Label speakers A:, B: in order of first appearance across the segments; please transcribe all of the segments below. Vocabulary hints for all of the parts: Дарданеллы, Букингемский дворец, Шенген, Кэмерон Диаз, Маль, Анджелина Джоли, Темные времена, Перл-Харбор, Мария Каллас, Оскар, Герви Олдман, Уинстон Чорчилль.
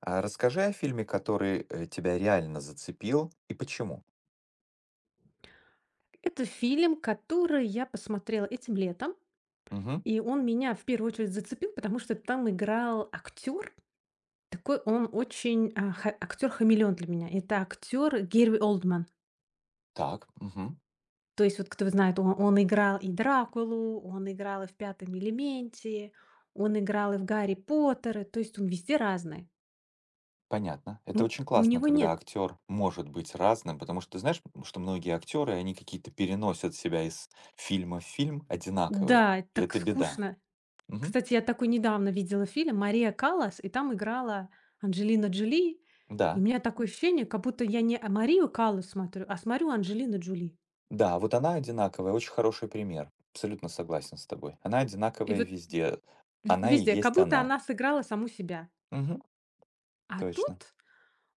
A: А расскажи о фильме, который, тебя реально зацепил и почему.
B: Это фильм, который я посмотрела этим летом,
A: Мгм.
B: и он меня в первую очередь зацепил, потому что там играл актер. Такой он очень актер-хамелеон для меня. Это актер Герви Олдман.
A: Так, мгм.
B: То есть, вот кто знает, он играл и Дракулу, он играл и в пятом элементе, он играл и в Гарри Поттера. То есть он везде разный.
A: Понятно. Это
B: У,
A: очень
B: у
A: классно,
B: него
A: когда
B: нет.
A: актер может быть разным, потому что ты знаешь, что многие актеры, они какие-то переносят себя из фильма в фильм одинаковые.
B: Да,
A: И
B: так
A: это беда.
B: скучно.
A: Мгм.
B: Кстати, я такой недавно видела фильм "Мария Каллас", и там играла Анджелина Джоли. И у
A: Да.
B: меня такое ощущение, как будто я не Марию Каллас смотрю, а смотрю Анджелину Джоли.
A: Да, вот она одинаковая, очень хороший пример. Абсолютно согласен с тобой. Она
B: И
A: одинаковая
B: вот
A: везде.
B: в
A: Она и
B: везде, как
A: есть
B: будто
A: она.
B: она сыграла саму себя.
A: Мгм.
B: А
A: Точно.
B: тут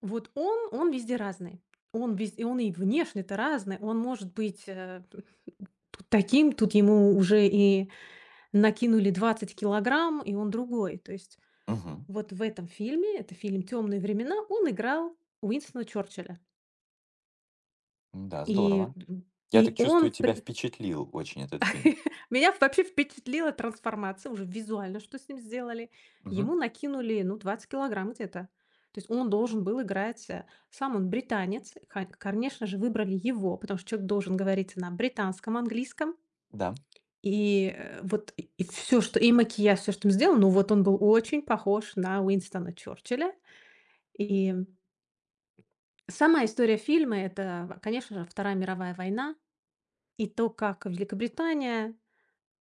B: вот он везде разный. Он и внешне-то разный. Он может быть, вот таким, тут ему уже и накинули 20 килограмм, и он другой. То есть
A: Мгм.
B: вот в этом фильме, это фильм "Темные времена", он играл Уинстона Чорчилля.
A: Да,
B: И
A: здорово.
B: м,
A: Я так
B: и он
A: чувствую,
B: в
A: тебя
B: при
A: впечатлил очень этот фильм.
B: Меня вообще впечатлила трансформация уже визуально, что с ним сделали.
A: Мгм.
B: Ему накинули, ну, 20 килограмм где-то. То есть он должен был играть, сам он британец, конечно же, выбрали его, потому что человек должен говорить на британском английском.
A: Да.
B: И, э, вот и и и макияж, все что им сделано, ну, вот он был очень похож на Уинстона Черчилля. И сама история фильма — это, конечно же, Вторая мировая война и то, как Великобритания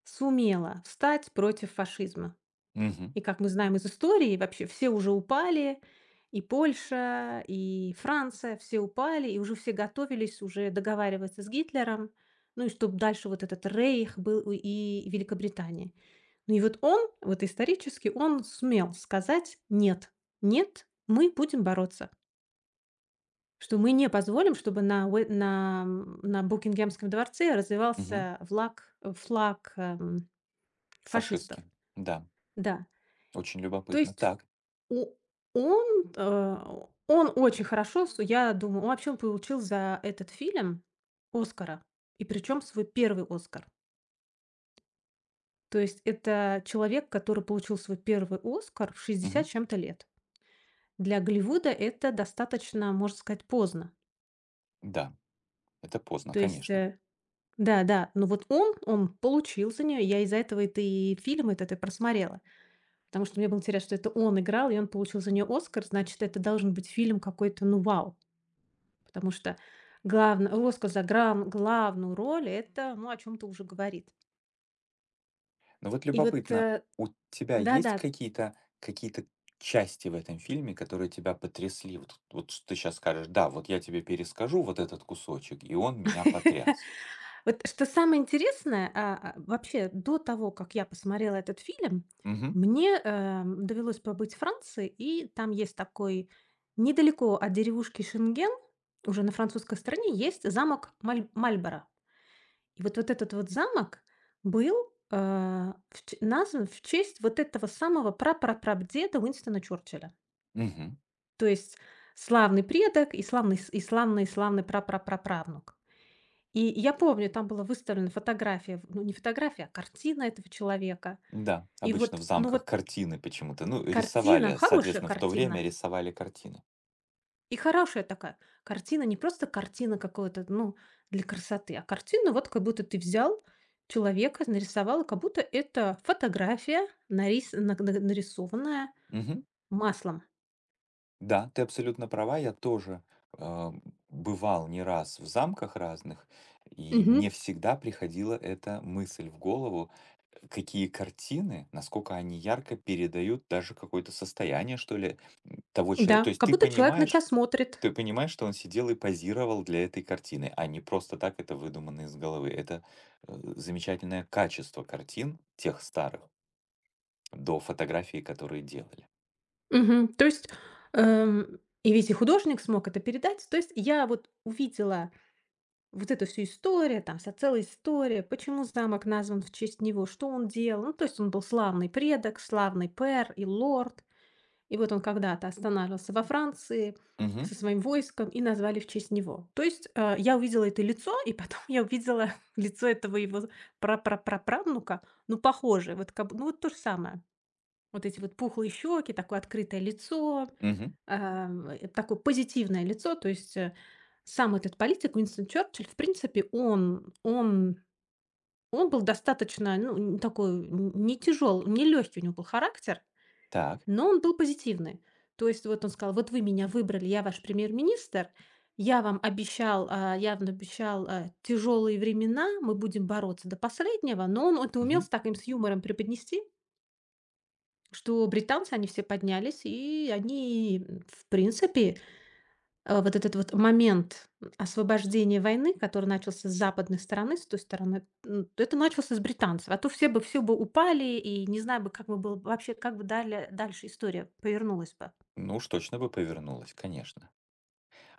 B: сумела встать против фашизма.
A: Мгм.
B: И, как мы знаем из истории, вообще все уже упали, и Польша, и Франция, все упали, и уже все готовились уже договариваться с Гитлером, ну и чтобы дальше вот этот рейх был и Великобритании. Ну и вот он, вот исторически, он сумел сказать: «Нет, нет, мы будем бороться», что мы не позволим, чтобы на, на Букингемском дворце
A: Мгм.
B: развивался флаг, флаг фашистов.
A: Фашистским. Да.
B: Да,
A: Очень
B: то
A: любопытно.
B: есть
A: Так.
B: у он, он очень хорошо, с я думаю, он получил за этот фильм "Оскара", и причем свой первый "Оскар". То есть это человек, который получил свой первый "Оскар" в шестьдесят
A: Мгм.
B: с чем-то лет. Для Голливуда это достаточно, можно сказать, поздно.
A: Да, это поздно,
B: То есть,
A: конечно.
B: да-да, но вот он получил за нее. Я из-за этого это и фильм этот и просмотрела, потому что мне было интересно, что это он играл, и он получил за нее "Оскар", значит, это должен быть фильм какой-то, ну, вау. Потому что главн роска главную роль — это, ну, о чем то уже говорит.
A: Но вот
B: И вот,
A: любопытно, у тебя есть
B: да-да.
A: какие-то части в этом фильме, которые тебя потрясли? Вот что ты сейчас скажешь: "Да, вот я тебе перескажу вот этот кусочек, и он меня потряс".
B: Вот что самое интересное, вообще до того, как я посмотрела этот фильм,
A: Мгм.
B: мне, довелось побыть в Франции, и там есть такой недалеко от деревушки Шенген, уже на французской стороне, есть замок Маль. И вот вот этот вот замок был, э, в ч назван в честь вот этого самого прапрапрадеда Уинстона Чурчилля.
A: Мгм.
B: То есть славный предок и славный прапрапраправнук. И я помню, там была выставлена фотография, ну, не фотография, а картина этого человека.
A: Да,
B: И
A: обычно в
B: вот, ну
A: замках
B: вот
A: картины почему-то, ну,
B: картина,
A: рисовали,
B: хорошая
A: соответственно, в то
B: картина,
A: время рисовали картины.
B: и хорошая такая картина, не просто картина какой то ну, для красоты, а картина вот как будто ты взял человека, нарисовал, как будто это фотография, нарисованная
A: Мгм.
B: маслом.
A: Да, ты абсолютно права. Я тоже а, бывал не раз в замках разных, и
B: Мгм.
A: мне всегда приходила эта мысль в голову, какие картины, насколько они ярко передают даже какое-то состояние, что ли, того человека. То
B: Да,
A: есть
B: как
A: ты
B: будто человек на тебя
A: понимаешь,
B: смотрит.
A: ты понимаешь, что он сидел и позировал для этой картины, а не просто так это выдумано из головы. Это замечательное качество картин тех старых до фотографий, которые делали.
B: Мгм. То есть, и художник смог это передать. То есть я вот увидела вот эту всю историю, там вся целая история, почему замок назван в честь него, что он делал. Ну, то есть он был славный предок, славный пэр и лорд. И вот он когда-то останавливался во Франции
A: Угу,
B: со своим войском, и назвали в честь него. То есть, я увидела это лицо, и потом я увидела лицо этого его з ну, похожее, вот как б ну, вот то же самое. Вот эти вот пухлые щеки, такое открытое лицо,
A: угу,
B: такое позитивное лицо. То есть, сам этот политик Уинстон Черчилль, в принципе, он был достаточно, ну, н такой н не тяжёл, не легкий у него был характер.
A: так.
B: Но он был позитивный. То есть вот он сказал: "Вот вы меня выбрали, я ваш премьер-министр. Я вам обещал, я вам обещал, тяжелые времена, мы будем бороться до последнего". Но он это умел с
A: Мгм.
B: таким с юмором преподнести, что британцы, они все поднялись, и они, в принципе, вот этот вот момент освобождения войны, который начался с западной стороны, с той стороны, это начался с британцев. А то все бы упали, и не знаю бы, как бы было вообще, как бы далее дальше история повернулась бы.
A: Ну уж точно бы повернулась, конечно.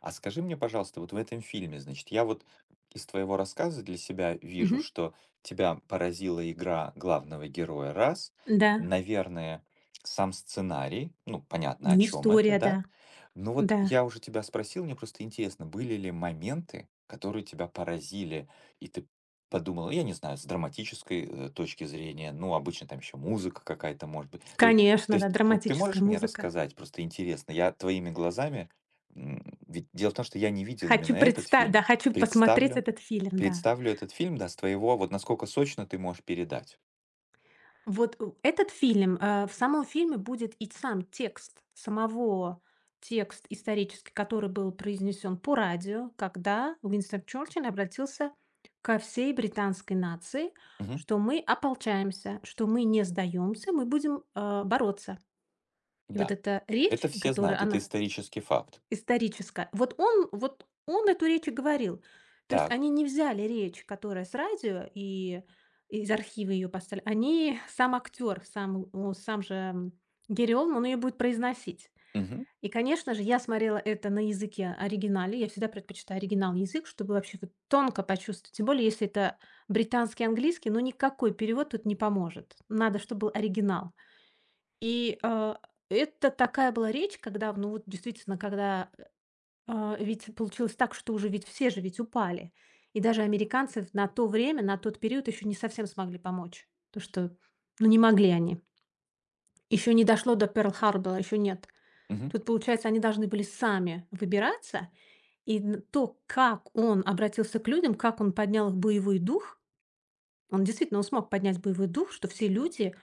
A: А скажи мне, пожалуйста, вот в этом фильме, значит, я вот из твоего рассказа для себя вижу,
B: Мгм.
A: что тебя поразила игра главного героя раз,
B: Да.
A: наверное, сам сценарий, ну, понятно, о
B: Ну,
A: чем это,
B: история,
A: да?
B: да.
A: Но вот
B: Да.
A: я уже тебя спросил, мне просто интересно, были ли моменты, которые тебя поразили, и ты подумал, я не знаю, с драматической точки зрения, ну, обычно там еще музыка какая-то может быть. То есть, то
B: Конечно, да,
A: есть вот ты
B: драматическая
A: можешь мне
B: музыка.
A: рассказать, просто интересно, я твоими глазами. Ведь дело в том, что я не видел
B: Хочу
A: именно этот
B: предста Да,
A: фильм.
B: хочу посмотреть
A: Представлю
B: этот фильм, да.
A: представлю этот фильм, да, с твоего вот насколько сочно ты можешь передать.
B: Вот у этот фильм, в самом фильме будет и сам текст исторический, который был произнесен по радио, когда Уинстон Черчилль обратился ко всей британской нации,
A: Мгм.
B: что мы ополчаемся, что мы не сдаемся, мы будем, бороться. И вот
A: Да.
B: эта
A: Это
B: речь,
A: все
B: которая
A: знают, это
B: она
A: исторический факт.
B: Историческая. Вот он эту речь и говорил. То есть
A: Так.
B: они не взяли речь, которая с радио, и из архива ее поставили. Они Сам актер, сам, ну, сам же, Гэри Олдман, он ее будет произносить.
A: Мгм.
B: И, конечно же, я смотрела это на языке оригинале. Я всегда предпочитаю оригинал язык, чтобы вообще вот тонко почувствовать. Тем более, если это британский английский, но никакой перевод тут не поможет. Надо, чтобы был оригинал. И, это такая была речь, когда, ну, вот действительно, ведь получилось так, что уже ведь все же ведь упали. И даже американцы на то время, на тот период еще не совсем смогли помочь. То, что, ну, не могли они. Еще не дошло до Перл-Харбора, еще нет.
A: Мгм.
B: Тут, получается, они должны были сами выбираться. И н то, как он обратился к людям, как он поднял их боевой дух, он действительно, он смог поднять боевой дух, что все люди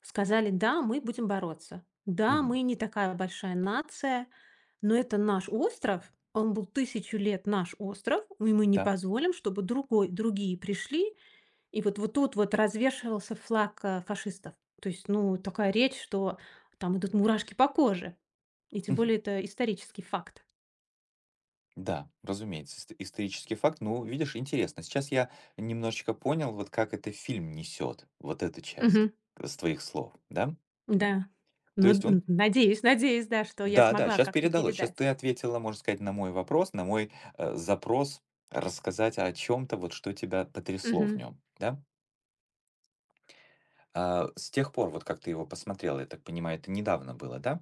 B: сказали: "Да, мы будем бороться. Да,
A: Мгм.
B: мы не такая большая нация, но это наш остров. Он был 1000 лет наш остров, и мы не
A: Да.
B: позволим, чтобы другой другие пришли". И вот вот тут вот развешивался флаг, фашистов. То есть, ну, такая речь, что там идут мурашки по коже. И тем
A: Мгм.
B: более это исторический факт.
A: Да, разумеется, исторический факт. Ну, видишь, интересно. Сейчас я немножечко понял, вот как это фильм несет, вот эту часть
B: Мгм.
A: с твоих слов, да?
B: Да.
A: То
B: Но
A: есть
B: н
A: он.
B: надеюсь надеюсь, да, что я
A: Да-да,
B: смогла
A: сейчас
B: как-то
A: передалось. Сейчас
B: передать.
A: ты ответила, можно сказать, на мой вопрос, на мой, запрос рассказать о чем то вот что тебя потрясло в
B: Мгм.
A: нем, да? А, с тех пор, вот как ты его посмотрела, я так понимаю, это недавно было, да?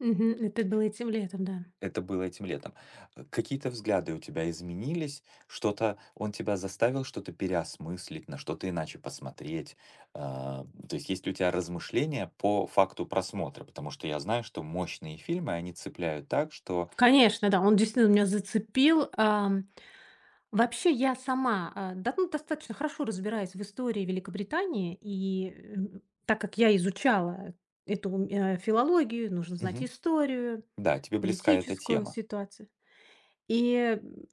B: Мгм. Это было этим летом, да.
A: Это было этим летом. Какие-то взгляды у тебя изменились? Что-то он тебя заставил что-то переосмыслить, на что-то иначе посмотреть? То есть есть ли у тебя размышления по факту просмотра? Потому что я знаю, что мощные фильмы, они цепляют так, что.
B: Конечно, да, он действительно меня зацепил. Вообще я сама, да, ну, достаточно хорошо разбираюсь в истории Великобритании, и, так как я изучала эту, филологию, нужно знать
A: Мгм.
B: историю,
A: Да, тебе близка эта
B: политическую
A: тема.
B: ситуацию. И, м,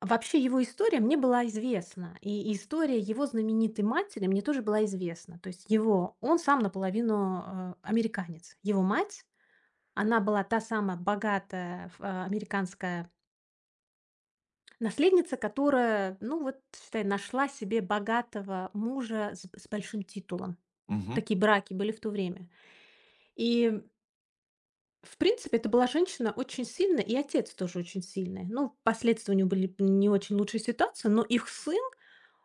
B: вообще его история мне была известна, и история его знаменитой матери мне тоже была известна. То есть его он сам наполовину, американец. Его мать, она была та самая богатая американская наследница, которая, ну вот, считай, нашла себе богатого мужа с большим титулом.
A: Мгм.
B: Такие браки были в то время. И, в принципе, это была женщина очень сильная, и отец тоже очень сильный. Ну, впоследствии у него были не очень лучшие ситуации, но их сын,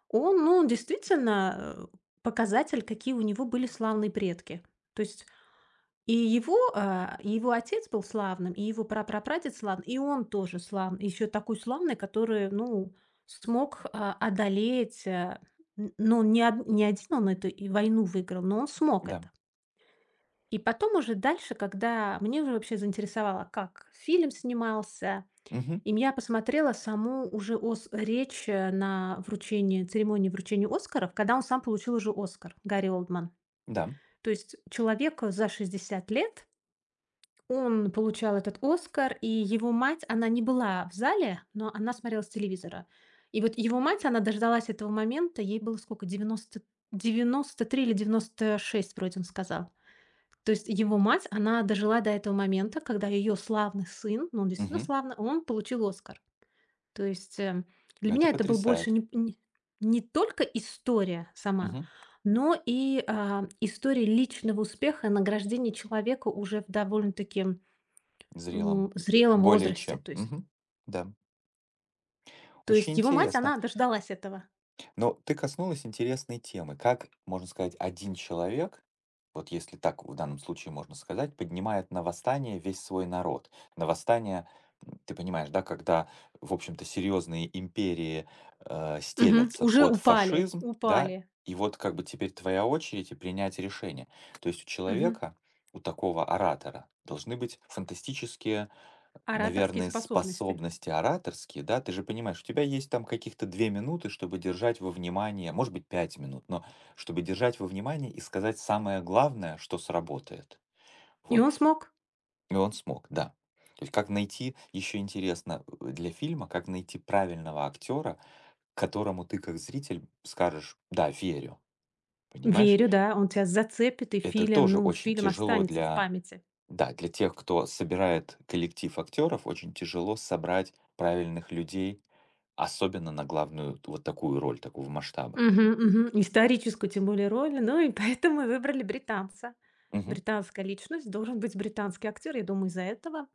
B: он, ну, действительно э, показатель, какие у него были славные предки. То есть и его, и его отец был славным, и его прапрапрадед славный, и он тоже славный. Еще такой славный, который, ну, смог, одолеть, а, н но не од не один он эту войну выиграл, но он смог
A: Да.
B: это. И потом уже дальше, когда мне уже вообще заинтересовало, как фильм снимался,
A: Мгм.
B: я посмотрела саму уже ос речь, на вручении церемонии вручения "Оскаров", когда он сам получил уже "Оскар", Гарри Олдман.
A: Да.
B: То есть человек за 60 лет он получал этот "Оскар", и его мать, она не была в зале, но она смотрела с телевизора. И вот его мать, она дождалась этого момента, ей было сколько, 93 или 96 вроде он сказал. То есть его мать, она дожила до этого момента, когда ее славный сын, ну, он действительно
A: Мгм.
B: славный, он получил "Оскар". То есть, для
A: Это
B: меня это был больше
A: потрясает.
B: не только история сама,
A: Мгм.
B: но и, история личного успеха и награждения человека уже в довольно-таки
A: Зрелом.
B: Зрелом
A: Более
B: возрасте,
A: чем.
B: то есть
A: Мгм. Да.
B: то
A: Очень
B: есть его мать,
A: интересно.
B: она дождалась этого.
A: Но ты коснулась интересной темы. Как, можно сказать, один человек, вот если так в данном случае можно сказать, поднимает на восстание весь свой народ. На восстание, ты понимаешь, да, когда, в общем-то, серьезные империи
B: Мгм.
A: стелятся
B: Уже
A: под
B: упали,
A: фашизм, да,
B: упали.
A: и вот как бы теперь твоя очередь и принять решение. То есть у
B: Мгм.
A: человека, у такого оратора, должны быть фантастические.
B: Ораторские
A: Наверное,
B: способности.
A: способности ораторские, да? Ты же понимаешь, у тебя есть там каких-то 2 минуты, чтобы держать во внимание, может быть, 5 минут, но чтобы держать во внимание и сказать самое главное, что сработает.
B: И
A: Вот.
B: он смог.
A: И он смог, да. То есть как найти, еще интересно для фильма, как найти правильного актера, которому ты как зритель скажешь: "Да, верю". Понимаешь?
B: Верю, да, он тебя зацепит, и
A: Это
B: фильм,
A: тоже
B: ну,
A: очень
B: фильм
A: тяжело
B: останется в
A: для.
B: памяти.
A: Да, для тех, кто собирает коллектив актеров, очень тяжело собрать правильных людей, особенно на главную вот такую роль, такого масштаба.
B: Мгм, мгм. Историческую, тем более, роль. Ну и поэтому и выбрали британца.
A: Мгм.
B: Британская личность, должен быть британский актер. Я думаю, из-за этого.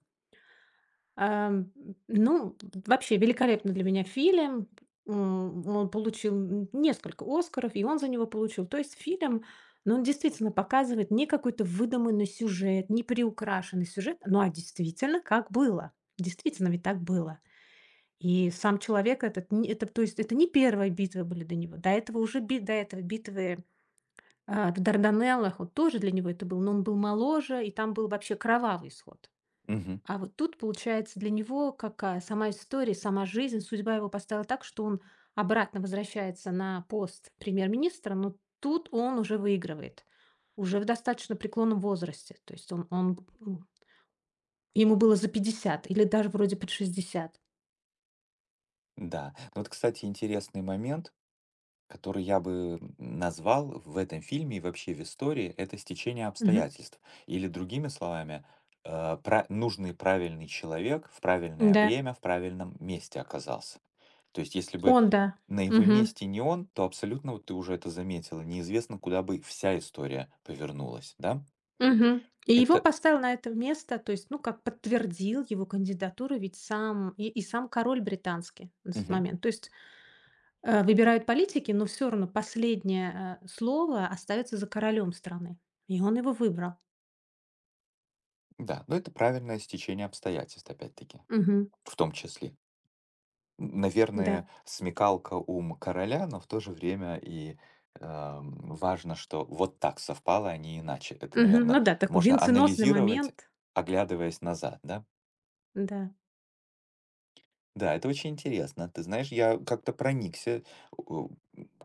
B: Ам, ну, вообще великолепный для меня фильм. Он получил н несколько "Оскаров", и он за него получил. То есть фильм, ну, он действительно показывает не какой-то выдуманный сюжет, не приукрашенный сюжет, ну, а действительно, как было. Действительно ведь так было. И сам человек этот не это, то есть это не одни битвы были до него. До этого битвы, в Дарданеллах, вот тоже для него это был, но он был моложе, и там был вообще кровавый исход.
A: Мгм.
B: А вот тут, получается, для него какая сама история, сама жизнь, судьба его поставила так, что он обратно возвращается на пост премьер-министра, но тут он уже выигрывает, уже в достаточно преклонном возрасте. То есть м, ему было за 50 или даже вроде под 60.
A: Да. Ну вот, кстати, интересный момент, который я бы назвал в этом фильме и вообще в истории, это стечение
B: Мгм.
A: обстоятельств. Или другими словами, нужный правильный человек в правильное
B: Да,
A: время, в правильном месте оказался. То есть, если бы
B: он, да.
A: на его
B: Мгм.
A: месте не он, то абсолютно, вот ты уже это заметила, неизвестно, куда бы вся история повернулась, да?
B: Мгм. И его
A: Это,
B: поставил на это место, то есть, ну, как подтвердил его кандидатуру, ведь сам и сам король британский на тот
A: мгм,
B: момент. То есть выбирают политики, но все равно последнее, слово остается за королем страны. И он его выбрал.
A: да, но это правильное стечение обстоятельств, опять-таки,
B: Мгм.
A: в том числе.
B: Да.
A: Наверное, смекалка, ум короля, но в то же время и, важно, что вот так совпало, а не иначе. Это,
B: Мгм. Ну
A: наверное,
B: да, такой
A: можно
B: венценосный
A: анализировать,
B: момент.
A: оглядываясь назад, да?
B: Да.
A: Да, это очень интересно. Ты знаешь, я как-то проникся, у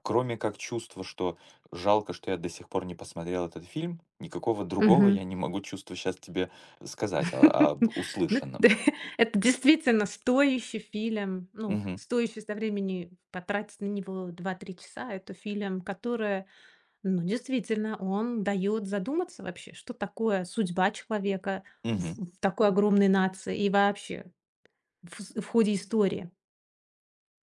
A: кроме как чувства, что жалко, что я до сих пор не посмотрел этот фильм, никакого другого
B: Мгм.
A: я не могу чувства сейчас тебе сказать о об
B: Ну да,
A: услышанном.
B: это действительно стоящий фильм. Ну,
A: Мгм.
B: стоящий со времени потратить на него два-три часа. Это фильм, который, ну, действительно, он даёт задуматься вообще, что такое судьба человека в
A: Мгм.
B: такой огромной нации и вообще в ходе истории.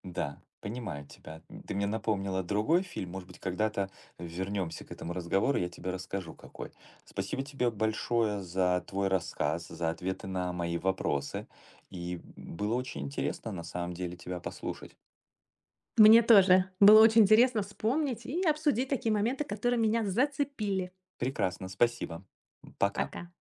A: Да, понимаю тебя. Ты мне напомнила другой фильм. Может быть, когда-то вернемся к этому разговору, я тебе расскажу какой. Спасибо тебе большое за твой рассказ, за ответы на мои вопросы. И было очень интересно, на самом деле, тебя послушать.
B: Мне тоже. Было очень интересно вспомнить и обсудить такие моменты, которые меня зацепили.
A: Прекрасно, спасибо. Пока.
B: Пока.